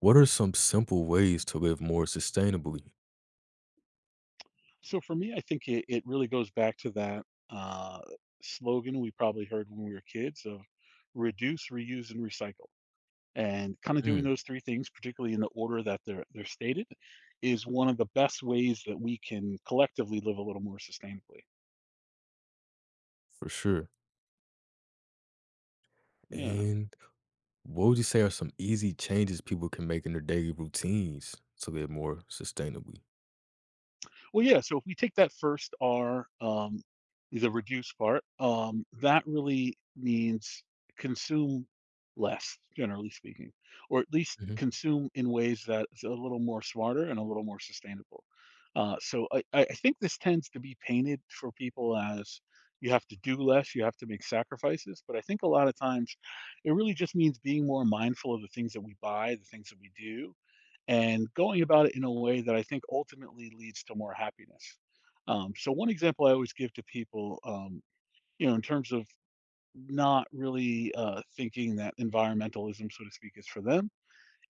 What are some simple ways to live more sustainably? So for me, I think it really goes back to that uh, slogan we probably heard when we were kids of reduce, reuse, and recycle. And kind of doing Mm, those three things, particularly in the order that they're stated, is one of the best ways that we can collectively live a little more sustainably. for sure. Yeah. And what would you say are some easy changes people can make in their daily routines to live more sustainably? Well, yeah, so if we take that first R, the reduce part. That really means consume less, generally speaking, or at least Mhm, consume in ways that is a little more smarter and a little more sustainable. So I think this tends to be painted for people as you have to do less, you have to make sacrifices. But I think a lot of times it really just means being more mindful of the things that we buy, the things that we do, and going about it in a way that I think ultimately leads to more happiness. So one example I always give to people, in terms of not really thinking that environmentalism, so to speak, is for them,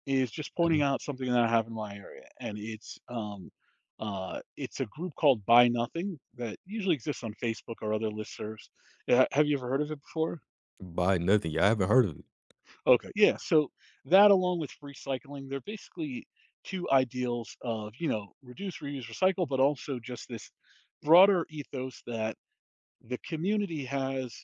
is just pointing mhm. out something that I have in my area, and it's a group called Buy Nothing that usually exists on Facebook or other listservs. Yeah, have you ever heard of it before? Buy nothing. Yeah, I haven't heard of it. Okay, yeah, so that along with recycling, they're basically 2 ideals of, you know, reduce, reuse, recycle, but also just this broader ethos that the community has,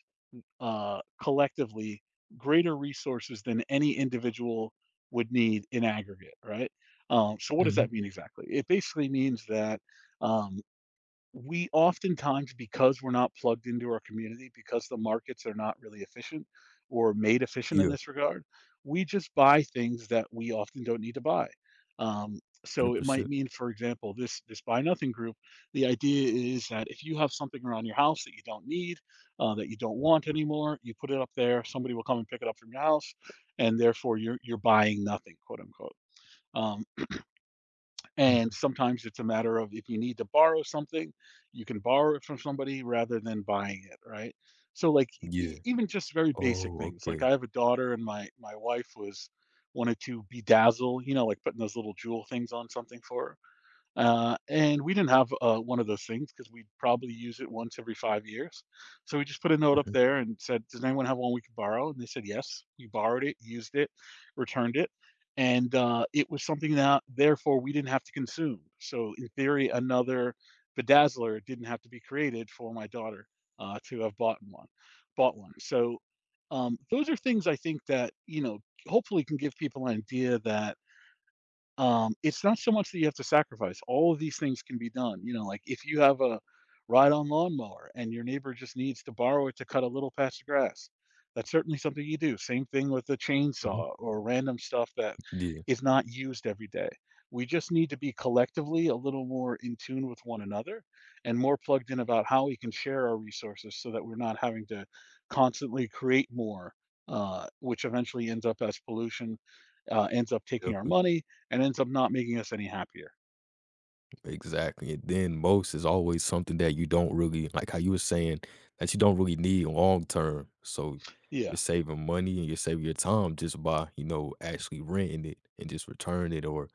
collectively greater resources than any individual would need in aggregate, right? So what does Mhm. that mean exactly? It basically means that, um we oftentimes, because we're not plugged into our community, because the markets are not really efficient or made efficient in Yeah, this regard, we just buy things that we often don't need to buy. Um, so it might 100%. mean, for example, this buy nothing group. The idea is that if you have something around your house that you don't need, that you don't want anymore, you put it up there. Somebody will come and pick it up from your house, and therefore you're buying nothing, quote unquote. Um, and Mhm. sometimes it's a matter of if you need to borrow something, you can borrow it from somebody rather than buying it, right? So like Yeah. even just very basic Oh, things. Like okay. I have a daughter and my wife was wanted to bedazzle, you know, like putting those little jewel things on something for her. And we didn't have one of those things because we'd probably use it once every 5 years. So we just put a note up Mhm, there and said, "Does anyone have one we could borrow?" And they said, "Yes." We borrowed it, used it, returned it, and it was something that therefore we didn't have to consume. So in theory, another bedazzler didn't have to be created for my daughter to have bought one. Bought one. So those are things I think that hopefully can give people an idea that it's not so much that you have to sacrifice. All of these things can be done. You know, like if you have a ride-on lawnmower and your neighbor just needs to borrow it to cut a little patch of grass, that's certainly something you do. Same thing with a mhm. chainsaw or random stuff that Yeah, is not used every day. We just need to be collectively a little more in tune with one another and more plugged in about how we can share our resources so that we're not having to constantly create more, which eventually ends up as pollution, ends up taking our definitely. money, and ends up not making us any happier. Exactly, and then most is always something that you don't really like how you were saying, that you don't really need long term, so you're Yeah. saving money and you're saving your time just by, actually renting it and just returning it or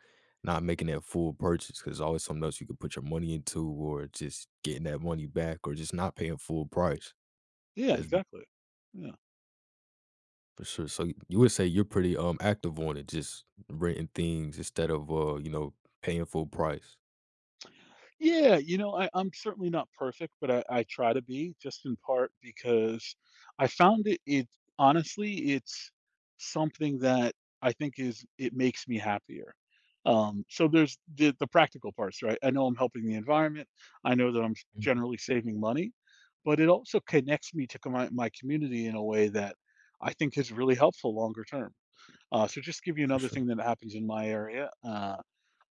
not making that full purchase 'cause always something else you could put your money into, or just getting that money back, or just not paying full price. Yeah, That's exactly. Yeah. for sure, so you would say you're pretty, active on it, just renting things instead of, paying full price. Yeah, you know, I'm certainly not perfect, but I try to be just in part because I found it honestly, it's something that I think is it makes me happier. So there's the practical parts, right? I know I'm helping the environment. I know that I'm s Mhm, generally saving money, but it also connects me to co my community in a way that I think is really helpful longer term. So just give you for another sure. thing that happens in my area.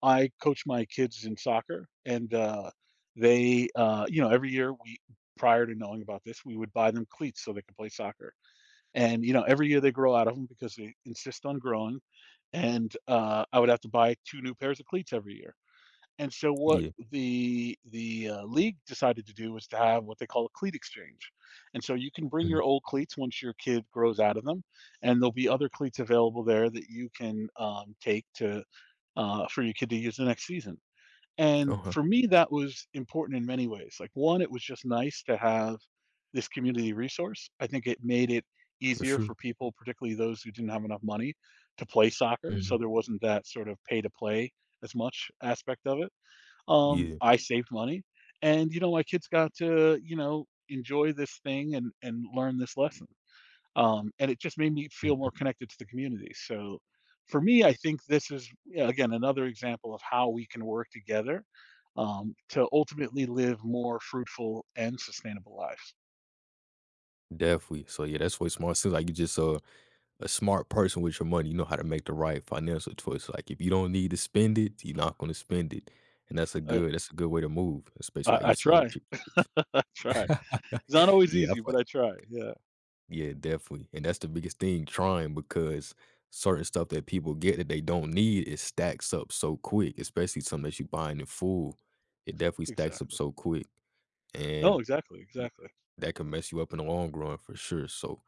I coach my kids in soccer, and they, you know, every year we, prior to knowing about this, we would buy them cleats so they could play soccer. And you know, every year they grow out of them because they insist on growing. And I would have to buy two new pairs of cleats every year. And so what Yeah. the league decided to do was to have what they call a cleat exchange. And so you can bring Mhm. your old cleats once your kid grows out of them, and there'll be other cleats available there that you can take to for your kid to use the next season. And Uh-huh. for me, that was important in many ways. Like one, it was just nice to have this community resource. I think it made it For easier sure. for people, particularly those who didn't have enough money, to play soccer. Mhm. So there wasn't that sort of pay to play as much aspect of it. Yeah. I saved money, and, you know, my kids got to, you know, enjoy this thing and learn this lesson. And it just made me feel more Mhm. connected to the community. So, for me, I think this is, yeah, again, another example of how we can work together, to ultimately live more fruitful and sustainable lives. Definitely. So yeah, that's really smart. Seems like you just a smart person with your money. You know how to make the right financial choice. Like if you don't need to spend it, you're not gonna spend it. And that's a I good that's a good way to move, especially I how you I said with try. your kids. I try. It's not always Yeah, I feel easy, but like I try. Yeah, yeah, definitely. And that's the biggest thing, trying, because certain stuff that people get that they don't need, it stacks up so quick, especially something that you buying in full. It definitely stacks up exactly. so quick. Oh, And exactly, yeah. exactly. That could mess you up in the long run for sure. So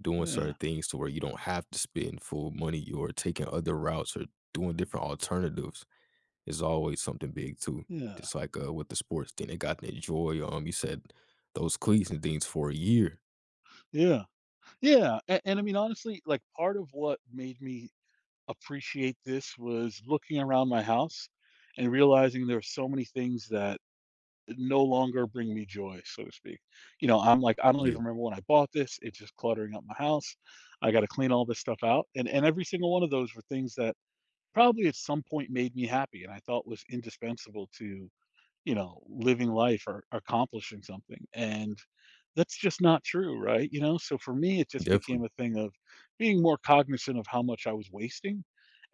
doing Yeah, certain things to where you don't have to spend full money, or taking other routes, or doing different alternatives is always something big too. yeah, Just like with the sports thing, they got to enjoy. You said those cleats and things for a year. yeah. Yeah, and, I mean, honestly, like part of what made me appreciate this was looking around my house and realizing there are so many things that no longer bring me joy, so to speak. You know, I'm like, I don't even Yeah, remember when I bought this. It's just cluttering up my house. I got to clean all this stuff out, and every single one of those were things that probably at some point made me happy, and I thought was indispensable to you know, living life or accomplishing something. And that's just not true, right? You know, so for me, it just became definitely. a thing of being more cognizant of how much I was wasting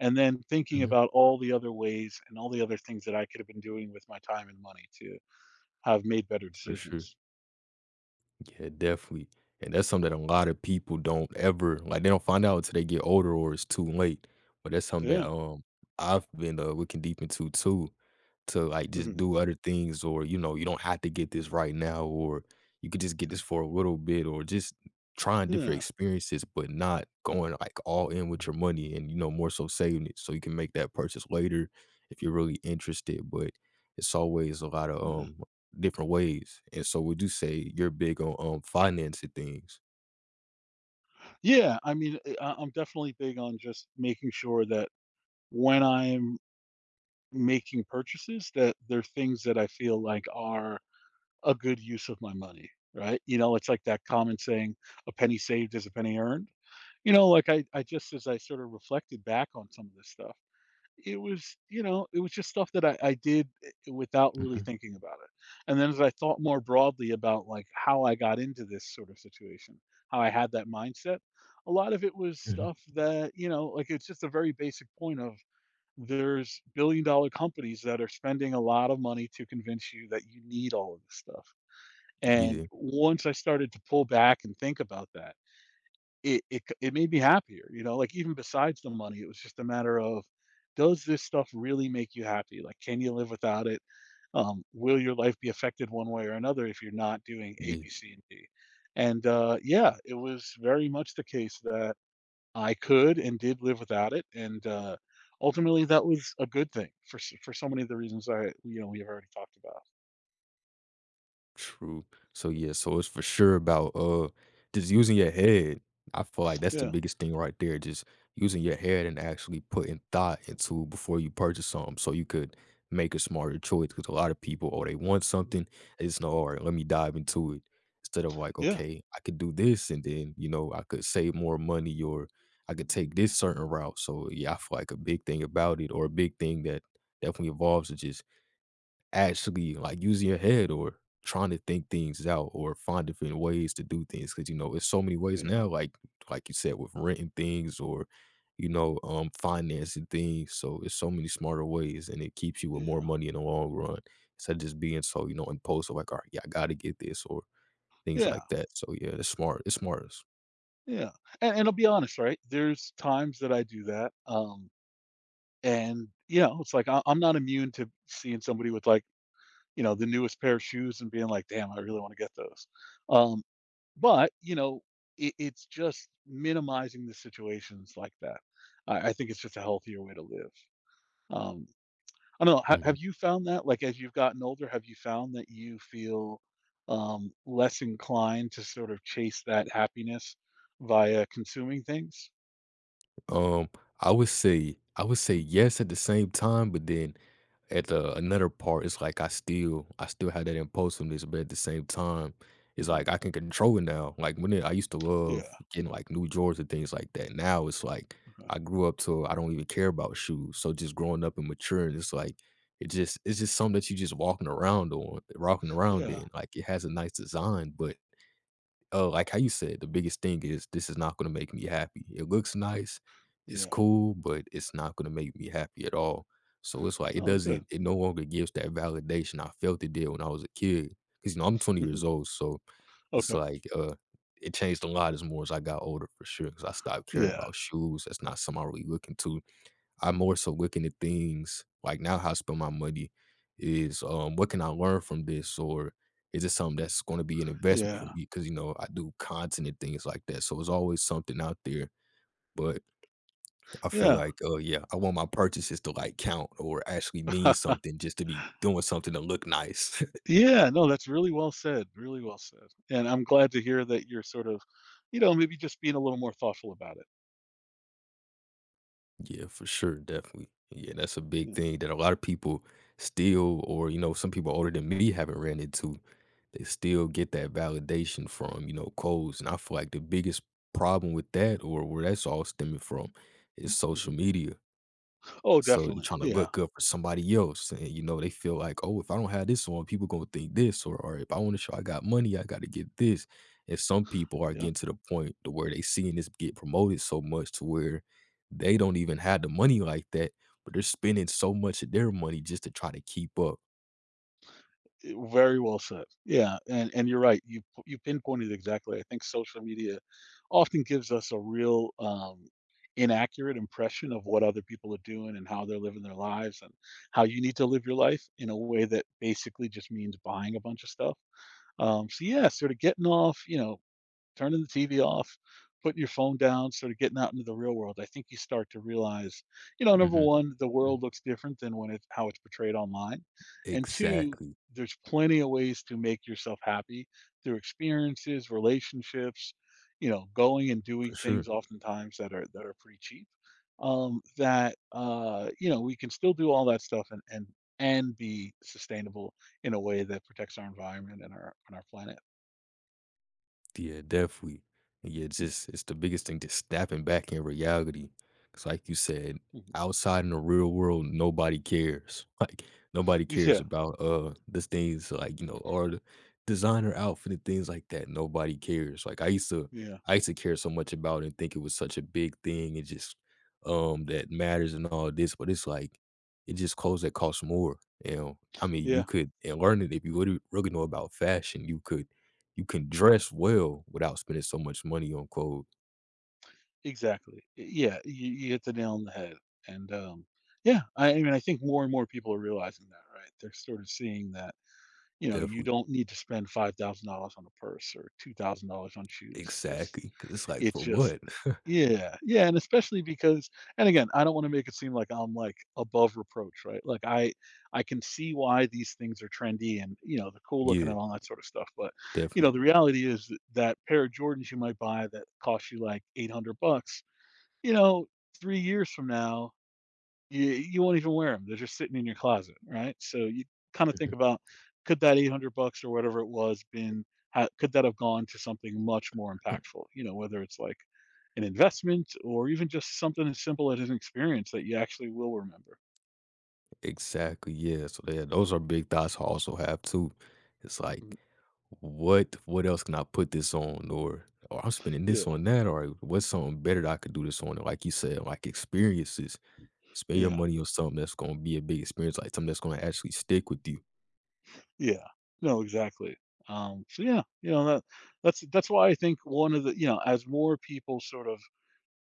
and then thinking hmm about all the other ways and all the other things that I could have been doing with my time and money to have made better for sure. decisions. Yeah, definitely. And that's something that a lot of people don't ever like, they don't find out until they get older, or it's too late. But that's So, something that yeah. I've been looking deep into too, to like just Hmm. do other things, or you know, you don't have to get this right now, or you could just get this for a little bit, or just trying different Yeah. experiences but not going like all in with your money, and you know, more so saving it so you can make that purchase later if you're really interested. But it's always a lot of Yeah. Different ways. And so would you say you're big on, financing things? Yeah. I mean, I'm definitely big on just making sure that when I'm making purchases, that they're things that I feel like are a good use of my money, right? You know, it's like that common saying, a penny saved is a penny earned. You know, like I just as I sort of reflected back on some of this stuff, it was, you know, it was just stuff that I did without really Mhm, thinking about it. And then as I thought more broadly about like how I got into this sort of situation, how I had that mindset, a lot of it was mhm. stuff that, you know, like it's just a very basic point of there's billion-dollar companies that are spending a lot of money to convince you that you need all of this stuff, and Yeah. once I started to pull back and think about that, it made me happier, you know, like, even besides the money, it was just a matter of, does this stuff really make you happy? Like, can you live without it? Will your life be affected one way or another if you're not doing A, Yeah. B, C, and D? And, yeah, it was very much the case that I could and did live without it, and, ultimately, that was a good thing for s for so many of the reasons we have already talked about. True. So yeah, so it's for sure about just using your head. I feel like that's the Yeah. biggest thing right there. Just using your head and actually putting thought into before you purchase something, so you could make a smarter choice. Because a lot of people, oh, they want Mhm. something, they just know, all right, let me dive into it. Instead of like, Yeah, okay, I could do this and then, you know, I could save more money, or I could take this certain route. So yeah, I feel like a big thing about it, or a big thing that definitely evolves, is just actually like using your head, or trying to think things out, or find different ways to do things, because you know it's so many ways yeah, now, like you said with renting things, or you know financing things. So it's so many smarter ways, and it keeps you with more yeah, money in the long run, instead of just being so you know impulsive, like, all right, yeah, I gotta get this or things yeah. like that. So yeah, it's smart, it's smart. Yeah, and I'll be honest, right? There's times that I do that, and, you know, it's like I'm not immune to seeing somebody with, like, you know, the newest pair of shoes and being like, "Damn, I really wanna get those." Um, but, you know, it's just minimizing the situations like that. I think it's just a healthier way to live. Um, I don't know, ha Mhm. have you found that? Like, as you've gotten older, have you found that you feel, less inclined to sort of chase that happiness via consuming things? um I would say yes, at the same time, but then at the another part, it's like I still had that impulsiveness, but at the same time, it's Mhm. like I can control it now. Like I used to Yeah, love getting like new drawers and things like that. Now it's like okay. I grew up to I don't even care about shoes. So just growing up and maturing, it's like it's just something that you just walking around on, walking around Yeah, in. Like it has a nice design, but, oh, like how you said, the biggest thing is this is not gonna make me happy. It looks nice, it's yeah. cool, but it's not gonna make me happy at all. So it's like Oh, good. it no longer gives that validation I felt it did when I was a kid. Cause you know, I'm 20 years Mhm. old, so it's Okay. like, it changed a lot as more as I got older, for sure. Cause I stopped caring Yeah, about shoes. That's not something I really look into. I'm more so looking at things like, now how I spend my money is what can I learn from this, or is it something that's going to be an investment for yeah, me? Because you know I do content and things like that, so it's always something out there. But I feel yeah. like, oh yeah, I want my purchases to like count or actually mean something, just to be doing something to look nice. Yeah, no, that's really well said, and I'm glad to hear that you're sort of, you know, maybe just being a little more thoughtful about it. Yeah, for sure, definitely. Yeah, that's a big Yeah, thing that a lot of people still, or you know, some people older than me haven't ran into. They still get that validation from you know codes, and I feel like the biggest problem with that, or where that's all stemming from, is social mhm. media. Oh, So you definitely. trying to Yeah, look good for somebody else, and you know they feel like, "Oh, if I don't have this on, people gonna think this," or "If I want to show I got money, I got to get this." And some people are yeah. getting to the point to where they seeing this get promoted so much to where they don't even have the money like that, but they're spending so much of their money just to try to keep up. Very well said. Yeah, and you're right. You pinpointed exactly. I think social media often gives us a real inaccurate impression of what other people are doing and how they're living their lives and how you need to live your life in a way that basically just means buying a bunch of stuff. So yeah, sort of getting off. You know, turning the TV off, putting your phone down, sort of getting out into the real world, I think you start to realize, you know, number hmm one, the world looks different than when it's how it's portrayed online. And two, Exactly, there's plenty of ways to make yourself happy through experiences, relationships, you know, going and for doing sure. things oftentimes that are pretty cheap. That you know, we can still do all that stuff and be sustainable in a way that protects our environment and our planet. Yeah, definitely. And yeah, just it's the biggest thing, just snapping back in reality. Cause like you said, Mhm. outside in the real world, nobody cares. Like nobody cares Yeah, about the things, like, or the designer outfit and things like that. Nobody cares. Like I used to yeah, I used to care so much about it and think it was such a big thing, and just that matters and all this, but it's like it just clothes that cost more. You know, I mean, you yeah. could and learn it, if you would really really know about fashion, you can dress well without spending so much money on clothes. Exactly. Yeah, you hit the nail on the head, and, yeah, I mean, I think more and more people are realizing that, right? They're sort of seeing that, you know, you Definitely. don't need to spend $5,000 on a purse or $2,000 on shoes, just Exactly. Cause it's like, it's for just what? yeah, yeah, and especially because and again, I don't wanna make it seem like I'm, like, above reproach, right? Like, I can see why these things are trendy and, you know, they're cool looking Yeah, and all that sort of stuff, but, you know, definitely. the reality is that that pair of Jordans you might buy that cost you, like, 800 bucks. You know, 3 years from now, you won't even wear them. 'Em, they're just sitting in your closet, right? So you kinda think Mhm. about, could that 800 bucks or whatever it was been ha could that have gone to something much more impactful? You know, whether it's like an investment or even just something as simple as an experience that you actually will remember. Exactly, yeah, so yeah, those are big thoughts I also have too. It's like, Mm. what else can I put this on? Or I'm spending Yeah, this on that, or what's something better that I could do this on? Like you said, like experiences. Spend your yeah, money on something that's gonna be a big experience, like something that's gonna actually stick with you. yeah. No, exactly. So yeah, you know, that's why I think one of the as more people sort of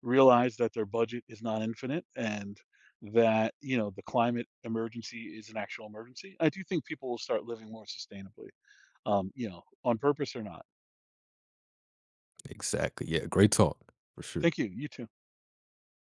realize that their budget is not infinite and that, you know, the climate emergency is an actual emergency, I do think people will start living more sustainably, you know, on purpose or not. Exactly, yeah, great talk, for sure. Thank you. You too.